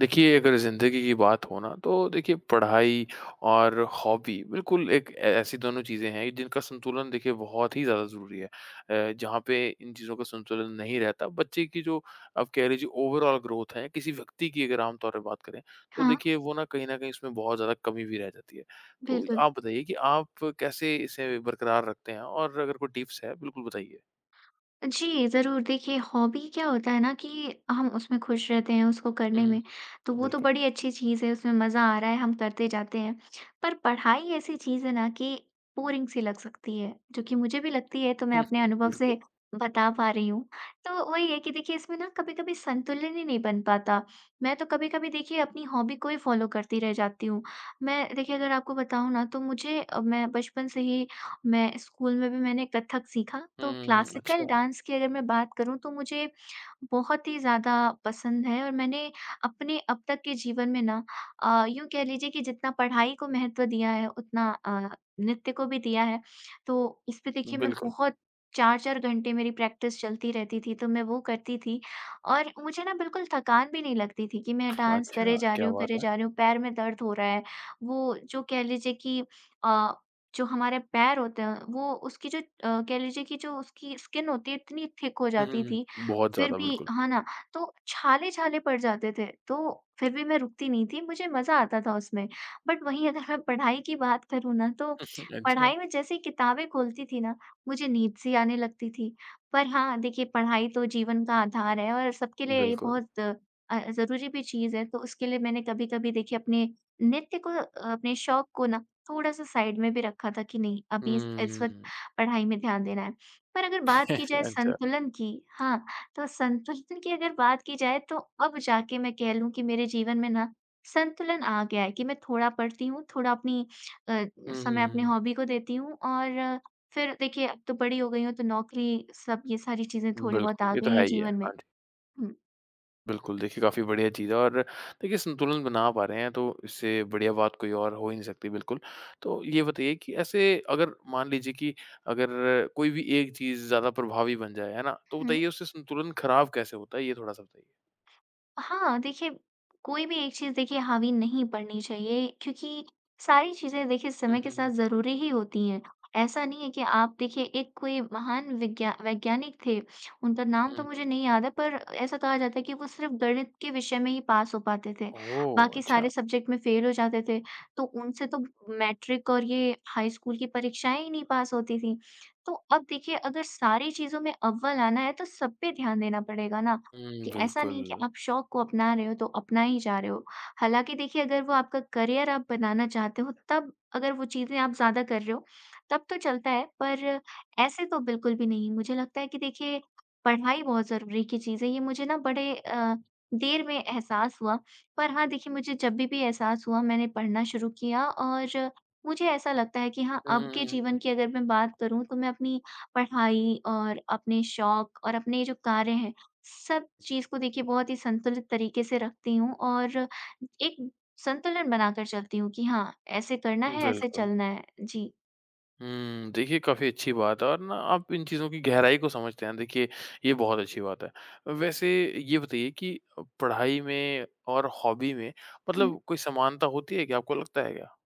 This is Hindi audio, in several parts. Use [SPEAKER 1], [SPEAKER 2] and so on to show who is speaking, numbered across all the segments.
[SPEAKER 1] देखिए, अगर ज़िंदगी की बात हो ना, तो देखिए पढ़ाई और हॉबी बिल्कुल एक ऐ ऐसी दोनों चीज़ें हैं जिनका संतुलन देखिए बहुत ही ज़्यादा ज़रूरी है। जहाँ पे इन चीज़ों का संतुलन नहीं रहता, बच्चे की जो आप कह लीजिए ओवरऑल ग्रोथ है, किसी व्यक्ति की अगर आम तौर पे बात करें, तो
[SPEAKER 2] हाँ,
[SPEAKER 1] देखिए वो ना कहीं न कहीं उसमें बहुत ज़्यादा कमी भी रह जाती है। तो
[SPEAKER 2] बिल्कुल।
[SPEAKER 1] आप बताइए कि आप कैसे इसे बरकरार रखते हैं और अगर कोई टिप्स है, बिल्कुल बताइए?
[SPEAKER 2] जी, ज़रूर। देखिए, हॉबी क्या होता है ना कि हम उसमें खुश रहते हैं उसको
[SPEAKER 1] हुँ,
[SPEAKER 2] करने
[SPEAKER 1] हुँ,
[SPEAKER 2] में, तो
[SPEAKER 1] हुँ,
[SPEAKER 2] वो तो
[SPEAKER 1] बिल्कुल।
[SPEAKER 2] बड़ी अच्छी चीज़ है, उसमें मज़ा आ रहा है, हम करते जाते हैं। पर पढ़ाई ऐसी चीज़ है ना कि बोरिंग सी लग सकती है, जो कि मुझे भी लगती है, तो मैं
[SPEAKER 1] हुँ,
[SPEAKER 2] अपने
[SPEAKER 1] हुँ,
[SPEAKER 2] अनुभव
[SPEAKER 1] बिल्कुल।
[SPEAKER 2] से बता पा रही हूँ। तो वही है कि देखिए, इसमें ना कभी-कभी संतुलन ही नहीं बन पाता। मैं तो कभी-कभी देखिए अपनी हॉबी को ही फ़ॉलो करती रह जाती हूँ। मैं देखिए, अगर आपको बताऊँ ना तो मुझे, मैं बचपन से ही, मैं स्कूल में भी मैंने कथक सीखा,
[SPEAKER 1] हुँ,
[SPEAKER 2] तो
[SPEAKER 1] हुँ, हुँ,
[SPEAKER 2] क्लासिकल
[SPEAKER 1] अच्छा।
[SPEAKER 2] डांस की अगर मैं बात करूँ तो मुझे बहुत ही ज़्यादा पसंद है। और मैंने अपने अब तक के जीवन में ना, यूँ कह लीजिए कि जितना पढ़ाई को महत्व दिया है उतना नृत्य को भी दिया है। तो इस पे देखिए, मैं
[SPEAKER 1] बिल्कुल।
[SPEAKER 2] बहुत 4-4 घंटे मेरी प्रैक्टिस चलती रहती थी, तो मैं वो करती थी और मुझे ना बिल्कुल थकान भी नहीं लगती थी कि मैं डांस
[SPEAKER 1] अच्छा,
[SPEAKER 2] करे जा रही
[SPEAKER 1] क्या
[SPEAKER 2] हूँ,
[SPEAKER 1] बात
[SPEAKER 2] करे
[SPEAKER 1] है!
[SPEAKER 2] जा रही हूँ, पैर में दर्द हो रहा है। वो, जो कह लीजिए कि अ जो हमारे पैर होते हैं, वो उसकी जो, कह लीजिए कि जो उसकी स्किन होती है इतनी थिक हो
[SPEAKER 1] हुँ, हुँ,
[SPEAKER 2] जाती थी,
[SPEAKER 1] हुँ। बहुत
[SPEAKER 2] फिर
[SPEAKER 1] ज़्यादा
[SPEAKER 2] भी,
[SPEAKER 1] बिल्कुल।
[SPEAKER 2] है ना? तो छाले-छाले पड़ जाते थे, तो फिर भी मैं रुकती नहीं थी, मुझे मज़ा आता था उसमें। बट वहीं अगर मैं पढ़ाई की बात करूँ ना, तो
[SPEAKER 1] अच्छा,
[SPEAKER 2] पढ़ाई में जैसे ही किताबें खोलती थी ना, मुझे नींद सी आने लगती थी। पर हाँ, देखिए पढ़ाई तो जीवन का आधार है और सबके लिए ये
[SPEAKER 1] बिल्कुल।
[SPEAKER 2] बहुत ज़रूरी भी चीज़ है, तो उसके लिए मैंने कभी-कभी देखिए अपने नृत्य को, अपने शौक को ना थोड़ा-सा साइड में भी रखा था, कि नहीं, अभी इस वक़्त
[SPEAKER 1] हुँ।
[SPEAKER 2] पढ़ाई में ध्यान देना है। पर अगर बात की जाए
[SPEAKER 1] अच्छा।
[SPEAKER 2] संतुलन की, हाँ, तो संतुलन की अगर बात की जाए, तो अब जाके मैं कह लूँ कि मेरे जीवन में ना संतुलन आ गया है कि मैं थोड़ा पढ़ती हूँ, थोड़ा अपनी, अ,
[SPEAKER 1] हुँ, हुँ,
[SPEAKER 2] समय अपनी
[SPEAKER 1] हुँ।
[SPEAKER 2] हॉबी को देती हूँ। और फिर देखिए, अब तो बड़ी हो गई हूँ तो नौकरी सब ये सारी चीज़ें थोड़ी बहुत
[SPEAKER 1] बिल्कुल,
[SPEAKER 2] आ
[SPEAKER 1] ये तो
[SPEAKER 2] गई
[SPEAKER 1] है
[SPEAKER 2] हैं
[SPEAKER 1] ही है।
[SPEAKER 2] जीवन में।
[SPEAKER 1] हाँ जी,
[SPEAKER 2] हुँ।
[SPEAKER 1] बिल्कुल देखिए काफ़ी बढ़िया चीज़ है और देखिए संतुलन बना पा रहे हैं तो इससे बढ़िया बात कोई और हो ही नहीं सकती बिल्कुल। तो ये बताइए कि ऐसे अगर मान लीजिए कि अगर कोई भी एक चीज़ ज़्यादा प्रभावी बन जाए, है ना? तो
[SPEAKER 2] हुँ।
[SPEAKER 1] बताइए उससे संतुलन खराब कैसे होता है ये थोड़ा-सा बताइए?
[SPEAKER 2] हाँ, देखिए कोई भी एक चीज़ देखिए हावी नहीं पड़नी चाहिए, क्योंकि सारी चीज़ें देखिए
[SPEAKER 1] हुँ,
[SPEAKER 2] समय के
[SPEAKER 1] हुँ, हुँ।
[SPEAKER 2] साथ ज़रूरी ही होती हैं। ऐसा नहीं है कि आप देखिए, एक कोई महान विज्ञा वैज्ञानिक थे, उनका नाम
[SPEAKER 1] हुँ,
[SPEAKER 2] तो
[SPEAKER 1] हुँ।
[SPEAKER 2] मुझे नहीं याद है, पर ऐसा कहा जाता है कि वो सिर्फ़ गणित के विषय में ही पास हो पाते थे,
[SPEAKER 1] ओह!
[SPEAKER 2] बाकी
[SPEAKER 1] अच्छा।
[SPEAKER 2] सारे सब्जेक्ट में फेल हो जाते थे। तो उनसे तो मैट्रिक और ये हाई स्कूल की परीक्षाएँ ही नहीं पास होती थीं। तो अब देखिए, अगर सारी चीज़ों में अव्वल आना है तो सब पे ध्यान देना पड़ेगा ना।
[SPEAKER 1] हुँ,
[SPEAKER 2] कि ऐसा
[SPEAKER 1] बिल्कुल।
[SPEAKER 2] नहीं कि आप शौक को अपना रहे हो तो अपना ही जा रहे हो। हालाँकि देखिए, अगर वो आपका करियर आप बनाना चाहते हो, तब अगर वो चीज़ें आप ज़्यादा कर रहे हो, तब तो चलता है, पर ऐसे तो बिल्कुल भी नहीं। मुझे लगता है कि देखिए, पढ़ाई बहुत ज़रूरी की चीज़ है, ये मुझे ना बड़े देर में एहसास हुआ। पर हाँ, देखिए मुझे जब भी एहसास हुआ मैंने पढ़ना शुरू किया और मुझे ऐसा लगता है कि हाँ,
[SPEAKER 1] हुँ,
[SPEAKER 2] अब के
[SPEAKER 1] हुँ, हुँ, हुँ,
[SPEAKER 2] जीवन की अगर मैं बात करूँ तो मैं अपनी पढ़ाई और अपने शौक और अपने जो कार्य हैं सब चीज़ को देखिए बहुत ही संतुलित तरीके से रखती हूँ और एक संतुलन बनाकर चलती हूँ कि हाँ, ऐसे करना
[SPEAKER 1] हुँ।
[SPEAKER 2] है, ऐसे
[SPEAKER 1] बिल्कुल।
[SPEAKER 2] चलना है। जी।
[SPEAKER 1] हुँ, देखिए काफ़ी अच्छी बात है और ना आप इन चीज़ों की गहराई को समझते हैं, देखिए ये बहुत अच्छी बात है। वैसे ये बताइए कि पढ़ाई में और हॉबी में
[SPEAKER 2] हुँ।
[SPEAKER 1] मतलब कोई समानता होती है क्या? आपको लगता है क्या?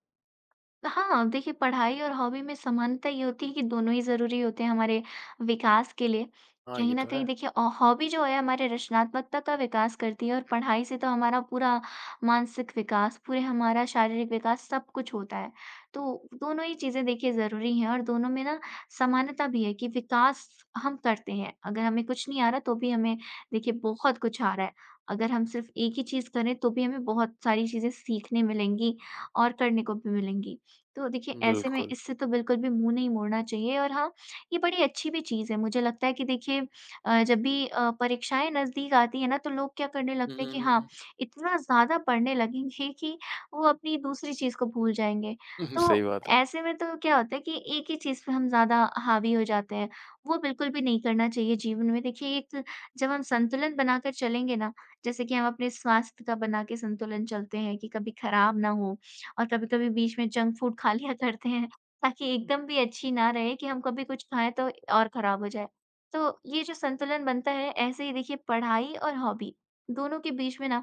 [SPEAKER 2] हाँ, देखिए पढ़ाई और हॉबी में समानता ये होती है कि दोनों ही ज़रूरी होते हैं हमारे विकास के लिए।
[SPEAKER 1] हाँ, ये
[SPEAKER 2] कहीं न
[SPEAKER 1] तो
[SPEAKER 2] कहीं
[SPEAKER 1] है।
[SPEAKER 2] देखिए, हॉबी जो है हमारे रचनात्मकता का विकास करती है और पढ़ाई से तो हमारा पूरा मानसिक विकास, पूरे हमारा शारीरिक विकास सब कुछ होता है। तो दोनों ही चीज़ें देखिए ज़रूरी हैं और दोनों में ना समानता भी है कि विकास हम करते हैं। अगर हमें कुछ नहीं आ रहा तो भी हमें देखिए बहुत कुछ आ रहा है। अगर हम सिर्फ़ एक ही चीज़ करें तो भी हमें बहुत सारी चीज़ें सीखने मिलेंगी और करने को भी मिलेंगी। तो देखिए ऐसे में
[SPEAKER 1] बिल्कुल।
[SPEAKER 2] इससे तो बिल्कुल भी मुँह नहीं मोड़ना चाहिए और हाँ, ये बड़ी अच्छी भी चीज़ है। मुझे लगता है कि देखिए, जब भी परीक्षाएँ नज़दीक आती हैं ना तो लोग क्या करने
[SPEAKER 1] हुँ,
[SPEAKER 2] लगते हैं
[SPEAKER 1] हुँ,
[SPEAKER 2] कि
[SPEAKER 1] हुँ,
[SPEAKER 2] हाँ,
[SPEAKER 1] हुँ।
[SPEAKER 2] इतना ज़्यादा पढ़ने लगेंगे कि वो अपनी दूसरी चीज़ को भूल जाएँगे।
[SPEAKER 1] सही
[SPEAKER 2] तो
[SPEAKER 1] बात है।
[SPEAKER 2] ऐसे में तो क्या होता है कि एक ही चीज़ पे हम ज़्यादा हावी हो जाते हैं। वो बिल्कुल भी नहीं करना चाहिए जीवन में। देखिए, एक जब हम संतुलन बनाकर चलेंगे ना, जैसे कि हम अपने स्वास्थ्य का बना के संतुलन चलते हैं कि कभी खराब ना हो और कभी-कभी बीच में जंक फूड खा लिया करते हैं, ताकि एकदम भी अच्छी ना रहे कि हम कभी कुछ खाएँ तो और खराब हो जाए। तो ये जो संतुलन बनता है, ऐसे ही देखिए पढ़ाई और हॉबी दोनों के बीच में ना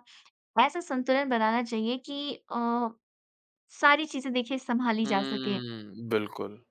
[SPEAKER 2] ऐसा संतुलन बनाना चाहिए कि सारी चीज़ें देखिए सँभाली जा सकें।
[SPEAKER 1] हुँ, बिल्कुल।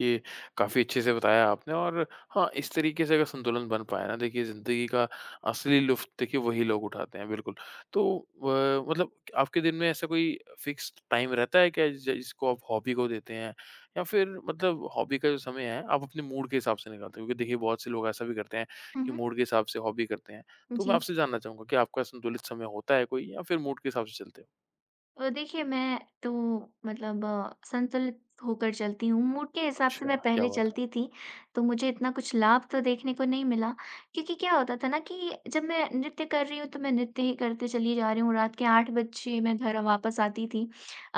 [SPEAKER 1] ये काफ़ी अच्छे से बताया आपने और हाँ, इस तरीके से अगर संतुलन बन पाए ना देखिए ज़िंदगी का असली लुत्फ़ देखिए वही लोग उठाते हैं, बिल्कुल। तो मतलब आपके दिन में ऐसा कोई फ़िक्स्ड टाइम रहता है क्या ज जिसको आप हॉबी को देते हैं? या फिर मतलब हॉबी का जो समय है आप अपने मूड के हिसाब से निकालते हो? क्योंकि देखिए बहुत से लोग ऐसा भी करते हैं
[SPEAKER 2] हुँ,
[SPEAKER 1] कि
[SPEAKER 2] हुँ।
[SPEAKER 1] मूड के हिसाब से हॉबी करते हैं। तो मैं
[SPEAKER 2] जी।
[SPEAKER 1] आपसे जानना चाहूँगा कि आपका संतुलित समय होता है कोई या फिर मूड के हिसाब से चलते हो?
[SPEAKER 2] देखिए मैं तो मतलब संतुलित होकर चलती हूँ। मूड के हिसाब से
[SPEAKER 1] अच्छा,
[SPEAKER 2] मैं
[SPEAKER 1] क्या
[SPEAKER 2] पहले
[SPEAKER 1] बात है।
[SPEAKER 2] चलती थी, तो मुझे इतना कुछ लाभ तो देखने को नहीं मिला, क्योंकि क्या होता था ना कि जब मैं नृत्य कर रही हूँ, तो मैं नृत्य ही करते चली जा रही हूँ। रात के 8 बजे मैं घर वापस आती थी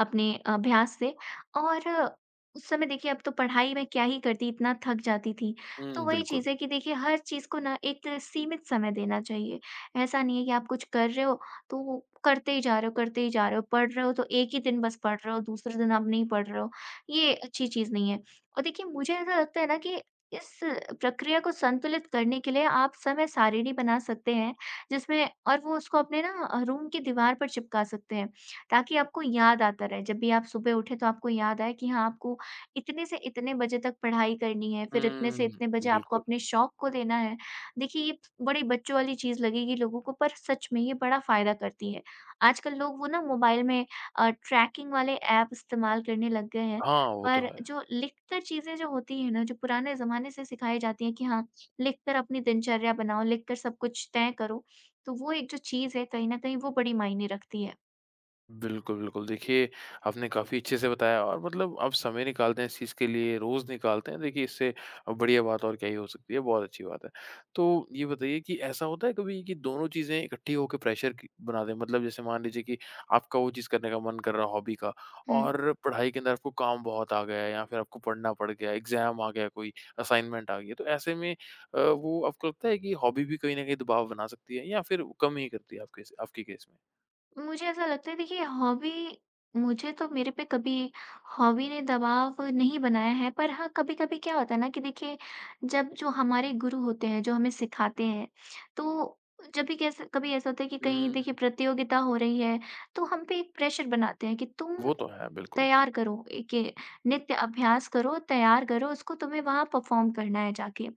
[SPEAKER 2] अपने अभ्यास से और उस समय देखिए अब तो पढ़ाई मैं क्या ही करती, इतना थक जाती थी। तो
[SPEAKER 1] हुँ,
[SPEAKER 2] वही
[SPEAKER 1] बिल्कुल।
[SPEAKER 2] चीज़ है कि देखिए हर चीज़ को ना एक सीमित समय देना चाहिए। ऐसा नहीं है कि आप कुछ कर रहे हो तो वो करते ही जा रहे हो, करते ही जा रहे हो, पढ़ रहे हो तो एक ही दिन बस पढ़ रहे हो, दूसरे दिन आप नहीं पढ़ रहे हो, ये अच्छी चीज़ नहीं है। और देखिए मुझे ऐसा लगता है ना कि इस प्रक्रिया को संतुलित करने के लिए आप समय सारिणी बना सकते हैं, जिसमें और वो उसको अपने ना रूम की दीवार पर चिपका सकते हैं, ताकि आपको याद आता रहे। जब भी आप सुबह उठें तो आपको याद आए कि हाँ, आपको इतने से इतने बजे तक पढ़ाई करनी है, फिर इतने से
[SPEAKER 1] हुँ,
[SPEAKER 2] इतने बजे आपको
[SPEAKER 1] बिल्कुल।
[SPEAKER 2] अपने शौक को देना है। देखिए, ये बड़े बच्चों वाली चीज़ लगेगी लोगों को, पर सच में ये बड़ा फ़ायदा करती है। आजकल लोग वो ना मोबाइल में ट्रैकिंग वाले ऐप इस्तेमाल करने लग गए हैं।
[SPEAKER 1] हाँ, वो तो
[SPEAKER 2] पर
[SPEAKER 1] है।
[SPEAKER 2] जो लिखकर चीज़ें जो होती हैं ना, जो पुराने ज़माने से सिखाई जाती हैं कि हाँ, लिखकर अपनी दिनचर्या बनाओ, लिखकर सब कुछ तय करो, तो वो एक जो चीज़ है कहीं न कहीं वो बड़ी मायने रखती है।
[SPEAKER 1] बिल्कुल, बिल्कुल। देखिए, आपने काफ़ी अच्छे से बताया और मतलब आप समय निकालते हैं इस चीज़ के लिए, रोज़ निकालते हैं। देखिए, इससे बढ़िया बात और क्या ही हो सकती है, बहुत अच्छी बात है। तो ये बताइए कि ऐसा होता है कभी कि दोनों चीज़ें इकट्ठी होके प्रेशर की बना दें? मतलब जैसे मान लीजिए कि आपका वो चीज़ करने का मन कर रहा है, हॉबी का
[SPEAKER 2] हुँ।
[SPEAKER 1] और पढ़ाई के अंदर आपको काम बहुत आ गया है या फिर आपको पढ़ना पड़ गया, एग्ज़ाम आ गया कोई, असाइनमेंट आ गई है। तो ऐसे में वो आपको लगता है कि हॉबी भी कहीं न कहीं दबाव बना सकती है या फिर वो कम ही करती है आपके केस
[SPEAKER 2] मुझे ऐसा लगता है देखिए, हॉबी, मुझे तो मेरे पे कभी हॉबी ने दबाव नहीं बनाया है, पर हाँ, कभी कभी क्या होता है ना कि देखिए, जब जो हमारे गुरु होते हैं जो हमें सिखाते हैं तो जब भी कैसे कभी ऐसा होता है कि कहीं देखिए
[SPEAKER 1] में?
[SPEAKER 2] प्रतियोगिता हो रही है, तो हम पे एक प्रेशर बनाते हैं कि तुम
[SPEAKER 1] वो तो है, बिल्कुल।
[SPEAKER 2] तैयार करो, एक ये नित्य अभ्यास करो, तैयार करो, उसको तुम्हें वहाँ परफ़ॉर्म करना है जाके।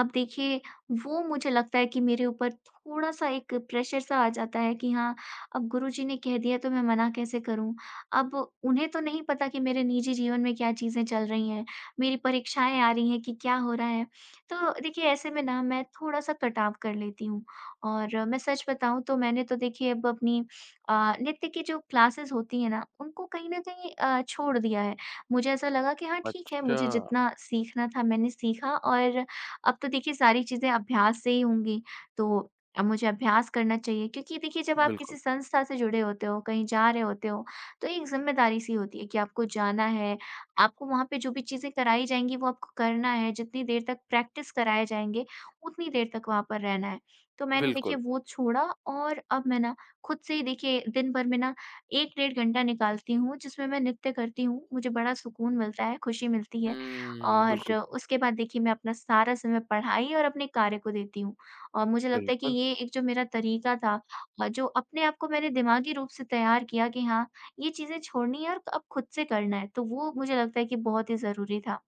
[SPEAKER 2] अब देखिए, वो मुझे लगता है कि मेरे ऊपर थोड़ा-सा एक प्रेशर सा आ जाता है कि हाँ, अब गुरुजी ने कह दिया तो मैं मना कैसे करूँ? अब उन्हें तो नहीं पता कि मेरे निजी जीवन में क्या चीज़ें चल रही हैं, मेरी परीक्षाएँ आ रही हैं कि क्या हो रहा है। तो देखिए ऐसे में ना मैं थोड़ा-सा कटाव कर लेती हूँ और मैं सच बताऊँ तो मैंने तो देखिए अब अपनी अ, नृत्य की जो क्लासेस होती हैं ना, उनको कहीं न कहीं छोड़ दिया है। मुझे ऐसा लगा कि हाँ, ठीक है, मुझे
[SPEAKER 1] अच्छा,
[SPEAKER 2] जितना सीखना था मैंने सीखा और अब तो देखिए सारी चीज़ें अभ्यास से ही होंगी, तो अब मुझे अभ्यास करना चाहिए क्योंकि देखिए जब आप
[SPEAKER 1] बिल्कुल,
[SPEAKER 2] किसी संस्था से जुड़े होते हो, कहीं जा रहे होते हो, तो एक ज़िम्मेदारी-सी होती है कि आपको जाना है, आपको वहाँ पे जो भी चीज़ें कराई जाएँगी वो आपको करना है, जितनी देर तक प्रैक्टिस कराए जाएँगे, उतनी देर तक वहाँ पर रहना है। तो मैंने देखिए
[SPEAKER 1] बिल्कुल।
[SPEAKER 2] वो छोड़ा और अब मैं ना खुद से ही देखिए दिन भर में ना 1 डेढ़ घंटा निकालती हूँ जिसमें मैं नृत्य करती हूँ, मुझे बड़ा सुकून मिलता है, खुशी मिलती है
[SPEAKER 1] हुँ,
[SPEAKER 2] और
[SPEAKER 1] बिल्कुल,
[SPEAKER 2] उसके बाद देखिए मैं अपना सारा समय पढ़ाई और अपने कार्य को देती हूँ। और मुझे लगता है कि
[SPEAKER 1] बिल्कुल,
[SPEAKER 2] ये एक जो मेरा तरीका था, जो अपने आप को मैंने दिमागी रूप से तैयार किया कि हाँ, ये चीज़ें छोड़नी है और अब खुद से करना है, तो वो मुझे लगता है कि बहुत ही ज़रूरी था।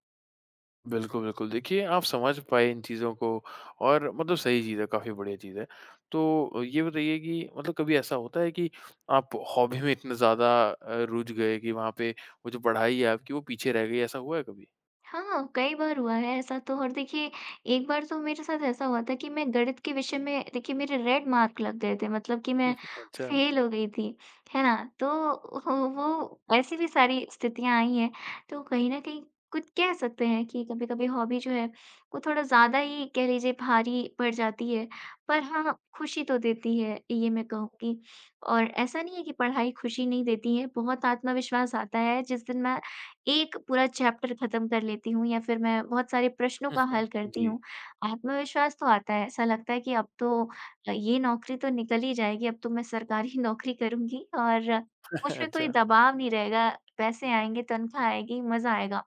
[SPEAKER 1] बिल्कुल, बिल्कुल। देखिए, आप समझ पाए इन चीज़ों को और मतलब सही चीज़ है, काफ़ी बढ़िया चीज़ है। तो ये बताइए कि मतलब कभी ऐसा होता है कि आप हॉबी में इतने ज़्यादा रुझ गए कि वहाँ पे वो जो पढ़ाई है आपकी, वो पीछे रह गई, ऐसा हुआ है कभी?
[SPEAKER 2] हाँ, कई बार हुआ है ऐसा तो और देखिए, एक बार तो मेरे साथ ऐसा हुआ था कि मैं गणित के विषय में देखिए मेरे रेड मार्क लग गए थे मतलब कि मैं
[SPEAKER 1] अच्छा,
[SPEAKER 2] फेल हो गई थी, है ना? तो ह वो ऐसी भी सारी स्थितियाँ आई हैं, तो कहीं न कहीं कुछ कह सकते हैं कि कभी-कभी हॉबी जो है, वो थोड़ा ज़्यादा ही कह लीजिए भारी पड़ जाती है, पर हाँ, खुशी तो देती है, ये मैं कहूँगी। और ऐसा नहीं है कि पढ़ाई खुशी नहीं देती है, बहुत आत्मविश्वास आता है जिस दिन मैं एक पूरा चैप्टर खत्म कर लेती हूँ या फिर मैं बहुत सारे प्रश्नों का
[SPEAKER 1] हुँ,
[SPEAKER 2] हल करती
[SPEAKER 1] जी।
[SPEAKER 2] हूँ। आत्मविश्वास तो आता है, ऐसा लगता है कि अब तो ये नौकरी तो निकल ही जाएगी, अब तो मैं सरकारी नौकरी करूँगी और मुझ पे कोई
[SPEAKER 1] अच्छा,
[SPEAKER 2] दबाव नहीं रहेगा, पैसे आएँगे, तनख्वाह आएगी, मज़ा आएगा।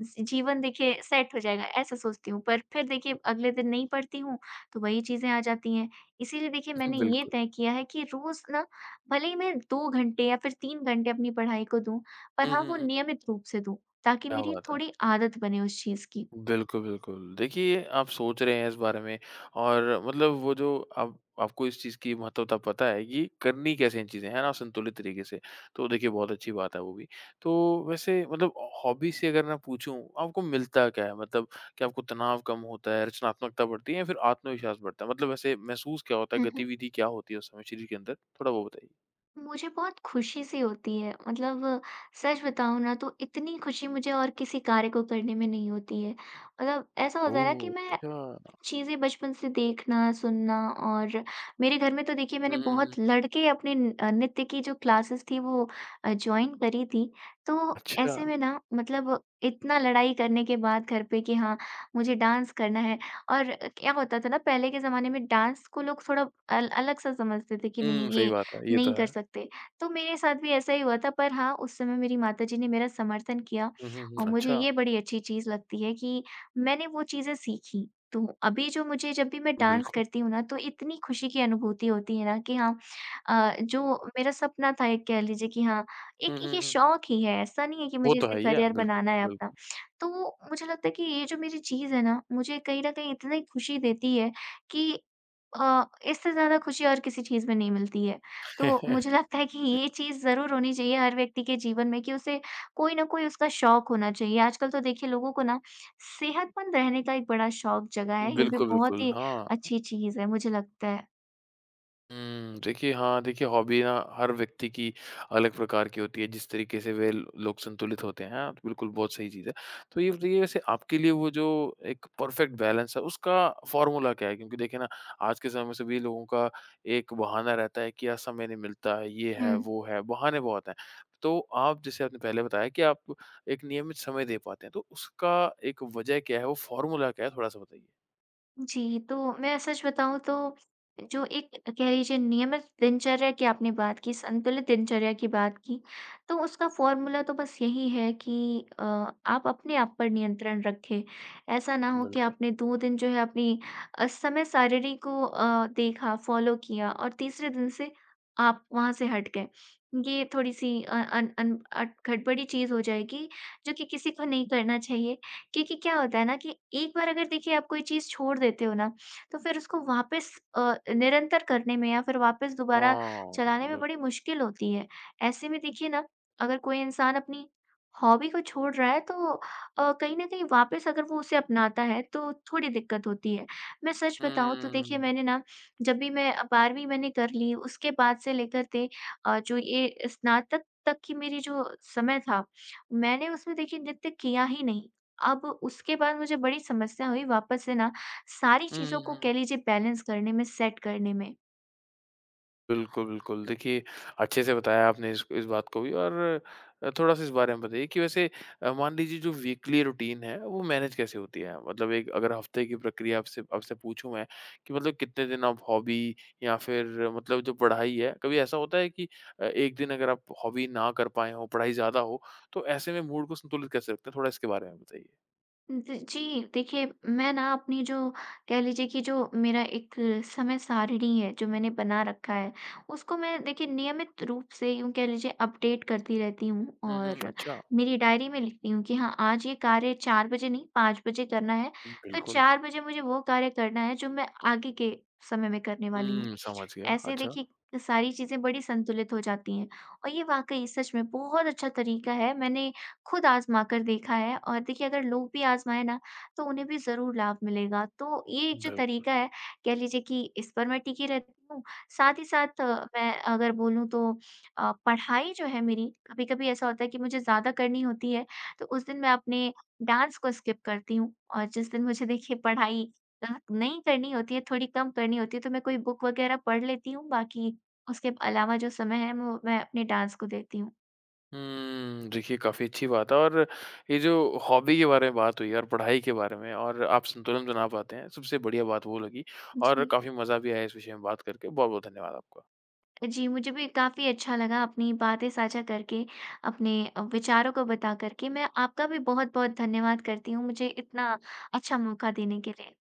[SPEAKER 2] जी जीवन देखिए सेट हो जाएगा ऐसा सोचती हूँ, पर फिर देखिए अगले दिन नहीं पढ़ती हूँ, तो वही चीज़ें आ जाती हैं। इसीलिए देखिए मैंने ये
[SPEAKER 1] बिल्कुल।
[SPEAKER 2] तय किया है कि रोज़ ना भले ही मैं 2 घंटे या फिर 3 घंटे अपनी पढ़ाई को दूँ, पर
[SPEAKER 1] हुँ,
[SPEAKER 2] हाँ,
[SPEAKER 1] हुँ,
[SPEAKER 2] वो
[SPEAKER 1] हुँ, हुँ।
[SPEAKER 2] नियमित रूप से दूँ, ताकि
[SPEAKER 1] क्या
[SPEAKER 2] मेरी
[SPEAKER 1] बात है!
[SPEAKER 2] थोड़ी आदत बने उस चीज़ की।
[SPEAKER 1] बिल्कुल, बिल्कुल। देखिए, आप सोच रहे हैं इस बारे में और मतलब वो जो आप आपको इस चीज़ की महत्वता पता है कि करनी कैसे इन चीज़ें, है ना? संतुलित तरीके से। तो देखिए, बहुत अच्छी बात है वो भी। तो वैसे मतलब हॉबी से अगर मैं पूछूँ, आपको मिलता क्या है? मतलब क्या आपको तनाव कम होता है, रचनात्मकता बढ़ती है या फिर आत्मविश्वास बढ़ता है? मतलब वैसे महसूस क्या होता है,
[SPEAKER 2] हुँ, हुँ।
[SPEAKER 1] गतिविधि क्या होती है उस समय शरीर के अंदर? थोड़ा वो बताइए।
[SPEAKER 2] मुझे बहुत खुशी सी होती है, मतलब सच बताऊँ ना तो इतनी खुशी मुझे और किसी कार्य को करने में नहीं होती है। मतलब ऐसा होता है ना कि
[SPEAKER 1] ओह!
[SPEAKER 2] मैं
[SPEAKER 1] अच्छा।
[SPEAKER 2] चीज़ें बचपन से देखना, सुनना और मेरे घर में तो देखिए
[SPEAKER 1] हुँ,
[SPEAKER 2] मैंने
[SPEAKER 1] हुँ, हुँ।
[SPEAKER 2] बहुत लड़ के अपने न अ, नृत्य की जो क्लासेस थी वो जॉइन करी थी। तो
[SPEAKER 1] अच्छा।
[SPEAKER 2] ऐसे में ना मतलब इतना लड़ाई करने के बाद घर पे कि हाँ, मुझे डांस करना है और क्या होता था ना पहले के ज़माने में डांस को लोग थोड़ा अल अलग-सा समझते थे कि
[SPEAKER 1] हुँ,
[SPEAKER 2] नहीं
[SPEAKER 1] सही
[SPEAKER 2] ये
[SPEAKER 1] बात है। ये तो
[SPEAKER 2] नहीं कर
[SPEAKER 1] है।
[SPEAKER 2] सकते। तो मेरे साथ भी ऐसा ही हुआ था पर हाँ, उस समय मेरी माताजी ने मेरा समर्थन किया
[SPEAKER 1] हुँ, हुँ,
[SPEAKER 2] और
[SPEAKER 1] हुँ।
[SPEAKER 2] मुझे
[SPEAKER 1] अच्छा,
[SPEAKER 2] ये बड़ी अच्छी चीज़ लगती है कि मैंने वो चीज़ें सीखी। तो अभी जो मुझे जब भी मैं डांस
[SPEAKER 1] बिल्कुल।
[SPEAKER 2] करती हूँ ना तो इतनी खुशी की अनुभूति होती है ना कि हाँ, जो मेरा सपना था, एक कह लीजिए कि हाँ, एक
[SPEAKER 1] हुँ, हुँ,
[SPEAKER 2] ये
[SPEAKER 1] हुँ।
[SPEAKER 2] शौक ही है, ऐसा नहीं है कि
[SPEAKER 1] वो
[SPEAKER 2] मुझे
[SPEAKER 1] तो
[SPEAKER 2] इसे
[SPEAKER 1] है ही है।
[SPEAKER 2] करियर
[SPEAKER 1] बिल्कुल,
[SPEAKER 2] बनाना है अपना।
[SPEAKER 1] बिल्कुल।
[SPEAKER 2] तो मुझे लगता है कि ये जो मेरी चीज़ है ना मुझे कहीं न कहीं इतनी खुशी देती है कि इससे ज़्यादा खुशी और किसी चीज़ में नहीं मिलती है। तो मुझे लगता है कि ये चीज़ ज़रूर होनी चाहिए हर व्यक्ति के जीवन में कि उसे कोई न कोई उसका शौक होना चाहिए। आजकल तो देखिए लोगों को ना सेहतमंद रहने का एक बड़ा शौक जगा है, ये भी
[SPEAKER 1] बिल्कुल,
[SPEAKER 2] बहुत
[SPEAKER 1] बिल्कुल।
[SPEAKER 2] ही
[SPEAKER 1] हाँ।
[SPEAKER 2] अच्छी चीज़ है, मुझे लगता है।
[SPEAKER 1] हुँ, देखिए हाँ, देखिए हॉबी ना हर व्यक्ति की अलग प्रकार की होती है, जिस तरीके से लोग संतुलित होते हैं। हाँ, बिल्कुल बहुत सही चीज़ है। तो ये बताइए वैसे आपके लिए वो जो एक परफेक्ट बैलेंस है, उसका फ़ॉर्मूला क्या है? क्योंकि देखिए ना, आज के समय में सभी लोगों का एक बहाना रहता है कि यार समय नहीं मिलता है, ये है,
[SPEAKER 2] हुँ।
[SPEAKER 1] वो है, बहाने बहुत हैं। तो आप जैसे आपने पहले बताया कि आप एक नियमित समय दे पाते हैं, तो उसका एक वजह क्या है, वो फ़ॉर्मूला क्या है? थोड़ा-सा बताइए।
[SPEAKER 2] जी, तो मैं सच बताऊँ तो जो एक कह लीजिए नियमित दिनचर्या की आपने बात की, संतुलित दिनचर्या की बात की, तो उसका फ़ॉर्मूला तो बस यही है कि आप अपने आप पर नियंत्रण रखें। ऐसा ना हो कि
[SPEAKER 1] बिल्कुल।
[SPEAKER 2] आपने 2 दिन जो है अपनी असमय सारिणी को देखा, फ़ॉलो किया और तीसरे दिन से आप वहाँ से हट गए। ये थोड़ी-सी अ, अन अन अट, गड़बड़ी चीज़ हो जाएगी, जो कि किसी को नहीं करना चाहिए। क्योंकि क्या होता है ना कि एक बार अगर देखिए आप कोई चीज़ छोड़ देते हो ना, तो फिर उसको वापस निरंतर करने में या फिर वापस दोबारा
[SPEAKER 1] हाँ,
[SPEAKER 2] चलाने में बड़ी
[SPEAKER 1] बिल्कुल।
[SPEAKER 2] मुश्किल होती है। ऐसे में देखिए ना, अगर कोई इंसान अपनी हॉबी को छोड़ रहा है तो कहीं न कहीं वापस अगर वो उसे अपनाता है तो थोड़ी दिक्कत होती है। मैं सच बताऊँ तो देखिए
[SPEAKER 1] हुँ।
[SPEAKER 2] मैंने ना जब भी मैं 12वीं मैंने कर ली उसके बाद से लेकर के जो ये स्नातक तक की मेरी जो समय था, मैंने उसमें देखिए नृत्य किया ही नहीं। अब उसके बाद मुझे बड़ी समस्या हुई वापस से ना सारी चीज़ों
[SPEAKER 1] हुँ,
[SPEAKER 2] को
[SPEAKER 1] हुँ, हुँ।
[SPEAKER 2] कह लीजिए बैलेंस करने में, सेट करने में।
[SPEAKER 1] बिल्कुल, बिल्कुल। देखिए, अच्छे से बताया आपने इस बात को भी और थोड़ा-सा इस बारे में बताइए कि वैसे मान लीजिए जो वीकली रूटीन है, वो मैनेज कैसे होती है? मतलब एक अगर हफ़्ते की प्रक्रिया आपसे आपसे पूछूँ मैं कि मतलब कितने दिन आप हॉबी या फिर मतलब जो पढ़ाई है, कभी ऐसा होता है कि एक दिन अगर आप हॉबी ना कर पाएँ हों, पढ़ाई ज़्यादा हो, तो ऐसे में मूड को संतुलित कैसे रखते हैं? थोड़ा इसके बारे में बताइए।
[SPEAKER 2] द जी, देखिए मैं ना अपनी जो कह लीजिए कि जो मेरा एक समय सारिणी है, जो मैंने बना रखा है, उसको मैं देखिए नियमित रूप से यूँ कह लीजिए अपडेट करती रहती हूँ
[SPEAKER 1] हुँ, हुँ।
[SPEAKER 2] और
[SPEAKER 1] अच्छा।
[SPEAKER 2] मेरी डायरी में लिखती हूँ कि हाँ, आज ये कार्य 4 बजे नहीं 5 बजे करना है, तो
[SPEAKER 1] बिल्कुल।
[SPEAKER 2] 4 बजे मुझे वो कार्य करना है जो मैं आगे के समय में करने वाली हूँ।
[SPEAKER 1] हुँ, समझ गया।
[SPEAKER 2] ऐसे
[SPEAKER 1] अच्छा,
[SPEAKER 2] देखिए सारी चीज़ें बड़ी संतुलित हो जाती हैं और ये वाक़ई सच में बहुत अच्छा तरीका है, मैंने खुद आज़मा कर देखा है और देखिए अगर लोग भी आज़माएँ ना, तो उन्हें भी ज़रूर लाभ मिलेगा। तो ये एक जो
[SPEAKER 1] बिल्कुल।
[SPEAKER 2] तरीका है, कह लीजिए कि इस पर मैं टिकी रहती हूँ। साथ ही साथ मैं अगर बोलूँ तो पढ़ाई जो है मेरी, कभी-कभी ऐसा होता है कि मुझे ज़्यादा करनी होती है, तो उस दिन मैं अपने डांस को स्किप करती हूँ और जिस दिन मुझे देखिए पढ़ाई नहीं करनी होती है, थोड़ी कम करनी होती है, तो मैं कोई बुक वगैरह पढ़ लेती हूँ, बाकी उसके अलावा जो समय है वो मैं अपने डांस को देती हूँ।
[SPEAKER 1] हुँ, देखिए काफ़ी अच्छी बात है और ये जो हॉबी के बारे में बात हुई और पढ़ाई के बारे में और आप संतुलन बना पाते हैं, सबसे बढ़िया बात वो लगी और
[SPEAKER 2] जी।
[SPEAKER 1] काफ़ी मज़ा भी आया इस विषय में बात करके। बहुत-बहुत धन्यवाद आपका।
[SPEAKER 2] जी, मुझे भी काफ़ी अच्छा लगा अपनी बातें साझा करके, अपने विचारों को बता कर के। मैं आपका भी बहुत-बहुत धन्यवाद करती हूँ, मुझे इतना अच्छा मौका देने के लिए।